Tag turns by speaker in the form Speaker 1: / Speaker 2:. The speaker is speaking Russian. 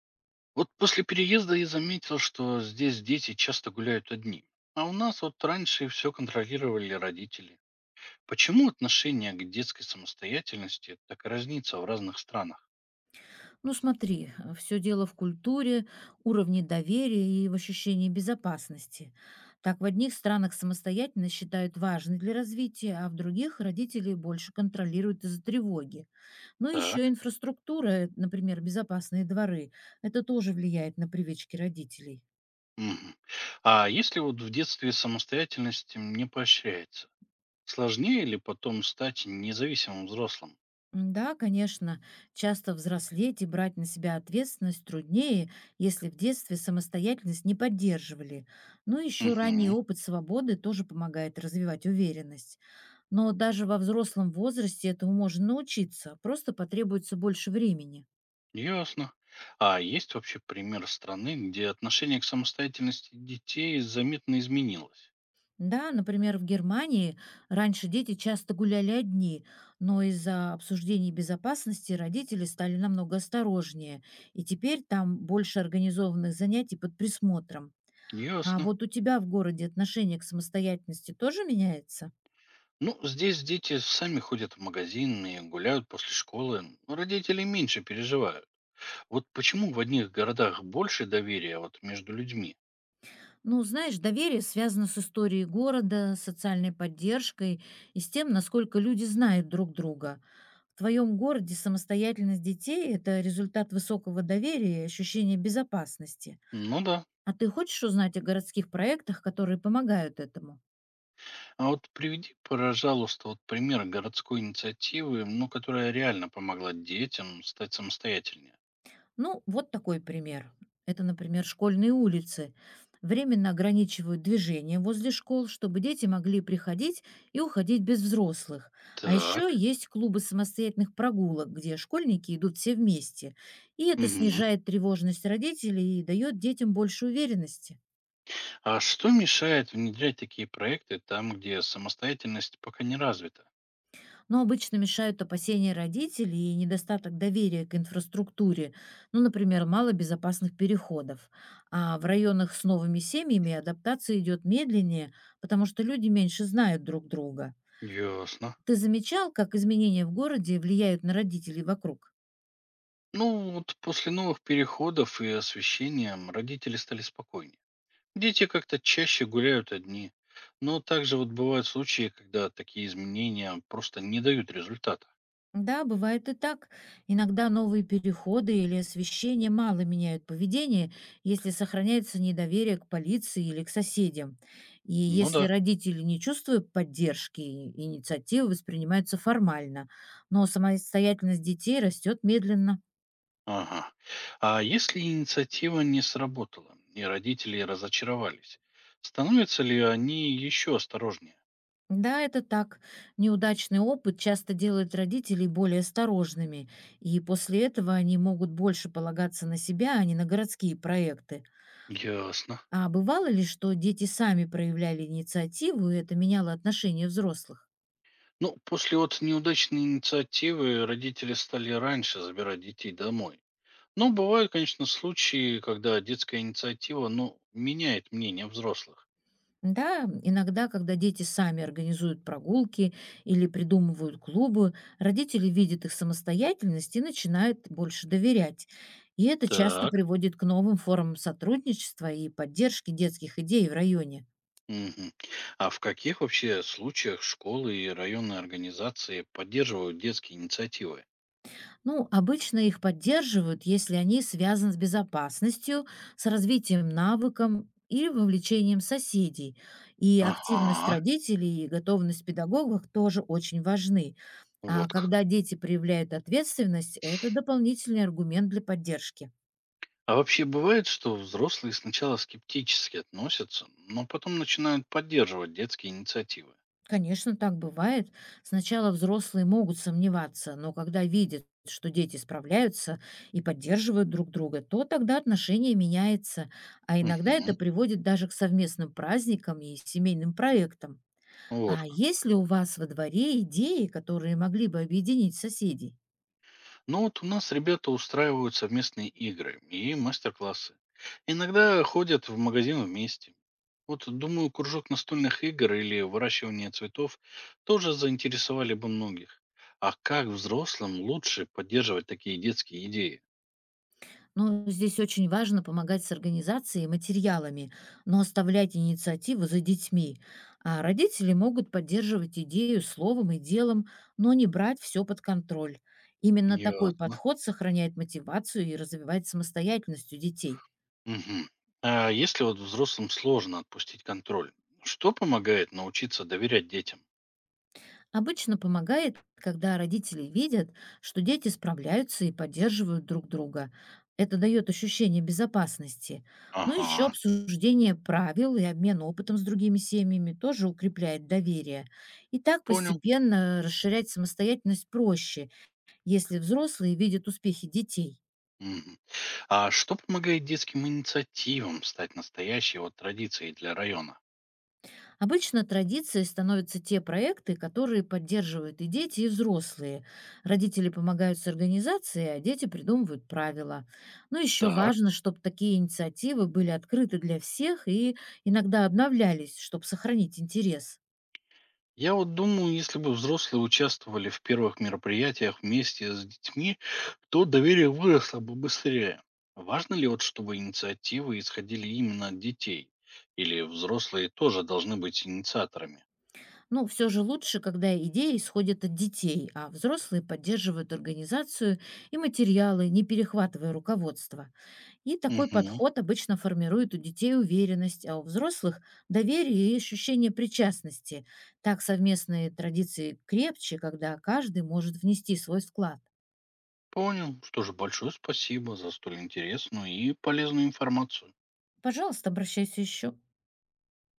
Speaker 1: Вот после переезда я заметил, что здесь дети часто гуляют одни. А у нас вот раньше все контролировали родители. Почему отношение к детской самостоятельности так разнится в разных странах?
Speaker 2: Ну смотри, все дело в культуре, уровне доверия и в ощущении безопасности. Так в одних странах самостоятельность считают важной для развития, а в других родители больше контролируют из-за тревоги. Но
Speaker 1: Так.
Speaker 2: еще инфраструктура, например, безопасные дворы, это тоже влияет на привычки родителей.
Speaker 1: Мгм. А если вот в детстве самостоятельность не поощряется, сложнее ли потом стать независимым взрослым?
Speaker 2: Да, конечно, часто взрослеть и брать на себя ответственность труднее, если в детстве самостоятельность не поддерживали. Но еще ранний
Speaker 1: Угу.
Speaker 2: опыт свободы тоже помогает развивать уверенность. Но даже во взрослом возрасте этому можно научиться, просто потребуется больше времени.
Speaker 1: Ясно. А есть вообще пример страны, где отношение к самостоятельности детей заметно изменилось?
Speaker 2: Да, например, в Германии раньше дети часто гуляли одни, но из-за обсуждений безопасности родители стали намного осторожнее, и теперь там больше организованных занятий под присмотром. А
Speaker 1: Ясно.
Speaker 2: вот у тебя в городе отношение к самостоятельности тоже меняется?
Speaker 1: Ну, здесь дети сами ходят в магазин и гуляют после школы. Но родители меньше переживают. Вот почему в одних городах больше доверия а вот между людьми?
Speaker 2: Ну, знаешь, доверие связано с историей города, социальной поддержкой и с тем, насколько люди знают друг друга. В твоем городе самостоятельность детей — это результат высокого доверия и ощущения безопасности.
Speaker 1: Ну да.
Speaker 2: А ты хочешь узнать о городских проектах, которые помогают этому?
Speaker 1: А вот приведи, пожалуйста, вот пример городской инициативы, ну, которая реально помогла детям стать самостоятельнее.
Speaker 2: Ну, вот такой пример. Это, например, школьные улицы. Временно ограничивают движение возле школ, чтобы дети могли приходить и уходить без взрослых. А еще
Speaker 1: Так.
Speaker 2: есть клубы самостоятельных прогулок, где школьники идут все вместе. И это
Speaker 1: Мгм.
Speaker 2: снижает тревожность родителей и дает детям больше уверенности.
Speaker 1: А что мешает внедрять такие проекты там, где самостоятельность пока не развита?
Speaker 2: Но обычно мешают опасения родителей и недостаток доверия к инфраструктуре, ну, например, мало безопасных переходов. А в районах с новыми семьями адаптация идет медленнее, потому что люди меньше знают друг друга.
Speaker 1: Ясно.
Speaker 2: Ты замечал, как изменения в городе влияют на родителей вокруг?
Speaker 1: Ну, вот после новых переходов и освещения родители стали спокойнее. Дети как-то чаще гуляют одни. Но также вот бывают случаи, когда такие изменения просто не дают результата.
Speaker 2: Да, бывает и так. Иногда новые переходы или освещение мало меняют поведение, если сохраняется недоверие к полиции или к соседям. И
Speaker 1: Ну
Speaker 2: если
Speaker 1: да.
Speaker 2: родители не чувствуют поддержки, инициативы воспринимаются формально, но самостоятельность детей растет медленно.
Speaker 1: Ага. А если инициатива не сработала, и родители разочаровались, становятся ли они еще осторожнее?
Speaker 2: Да, это так. Неудачный опыт часто делает родителей более осторожными, и после этого они могут больше полагаться на себя, а не на городские проекты.
Speaker 1: Ясно.
Speaker 2: А бывало ли, что дети сами проявляли инициативу, и это меняло отношение взрослых?
Speaker 1: Ну, после вот неудачной инициативы родители стали раньше забирать детей домой. Но бывают, конечно, случаи, когда детская инициатива, ну, меняет мнение взрослых.
Speaker 2: Да, иногда, когда дети сами организуют прогулки или придумывают клубы, родители видят их самостоятельность и начинают больше доверять. И это часто
Speaker 1: Так.
Speaker 2: приводит к новым формам сотрудничества и поддержки детских идей в районе.
Speaker 1: Мгм. А в каких вообще случаях школы и районные организации поддерживают детские инициативы?
Speaker 2: Ну, обычно их поддерживают, если они связаны с безопасностью, с развитием навыком или вовлечением соседей. И активность
Speaker 1: Ага,
Speaker 2: родителей и готовность педагогов тоже очень важны. А
Speaker 1: вот как.
Speaker 2: когда дети проявляют ответственность, это дополнительный аргумент для поддержки.
Speaker 1: А вообще бывает, что взрослые сначала скептически относятся, но потом начинают поддерживать детские инициативы.
Speaker 2: Конечно, так бывает. Сначала взрослые могут сомневаться, но когда видят, что дети справляются и поддерживают друг друга, то тогда отношение меняется, а иногда
Speaker 1: Угу.
Speaker 2: это приводит даже к совместным праздникам и семейным проектам.
Speaker 1: Вот
Speaker 2: А
Speaker 1: как.
Speaker 2: есть ли у вас во дворе идеи, которые могли бы объединить соседей?
Speaker 1: Ну вот у нас ребята устраивают совместные игры и мастер-классы. Иногда ходят в магазин вместе. Вот думаю, кружок настольных игр или выращивание цветов тоже заинтересовали бы многих. А как взрослым лучше поддерживать такие детские идеи?
Speaker 2: Ну, здесь очень важно помогать с организацией и материалами, но оставлять инициативу за детьми. А родители могут поддерживать идею словом и делом, но не брать все под контроль. Именно такой
Speaker 1: Ясно.
Speaker 2: подход сохраняет мотивацию и развивает самостоятельность у детей.
Speaker 1: Мгм. А если вот взрослым сложно отпустить контроль, что помогает научиться доверять детям?
Speaker 2: Обычно помогает, когда родители видят, что дети справляются и поддерживают друг друга. Это дает ощущение безопасности. Но
Speaker 1: Ага,
Speaker 2: еще обсуждение правил и обмен опытом с другими семьями тоже укрепляет доверие. И так
Speaker 1: понял.
Speaker 2: постепенно расширять самостоятельность проще, если взрослые видят успехи детей.
Speaker 1: Мгм. А что помогает детским инициативам стать настоящей вот традицией для района?
Speaker 2: Обычно традицией становятся те проекты, которые поддерживают и дети, и взрослые. Родители помогают с организацией, а дети придумывают правила. Но еще
Speaker 1: Так.
Speaker 2: важно, чтобы такие инициативы были открыты для всех и иногда обновлялись, чтобы сохранить интерес.
Speaker 1: Я вот думаю, если бы взрослые участвовали в первых мероприятиях вместе с детьми, то доверие выросло бы быстрее. Важно ли вот, чтобы инициативы исходили именно от детей? Или взрослые тоже должны быть инициаторами?
Speaker 2: Но все же лучше, когда идеи исходят от детей, а взрослые поддерживают организацию и материалы, не перехватывая руководство. И такой
Speaker 1: Угу,
Speaker 2: подход обычно формирует у детей уверенность, а у взрослых — доверие и ощущение причастности. Так совместные традиции крепче, когда каждый может внести свой вклад.
Speaker 1: понял. Что же, большое спасибо за столь интересную и полезную информацию.
Speaker 2: Пожалуйста, обращайся еще.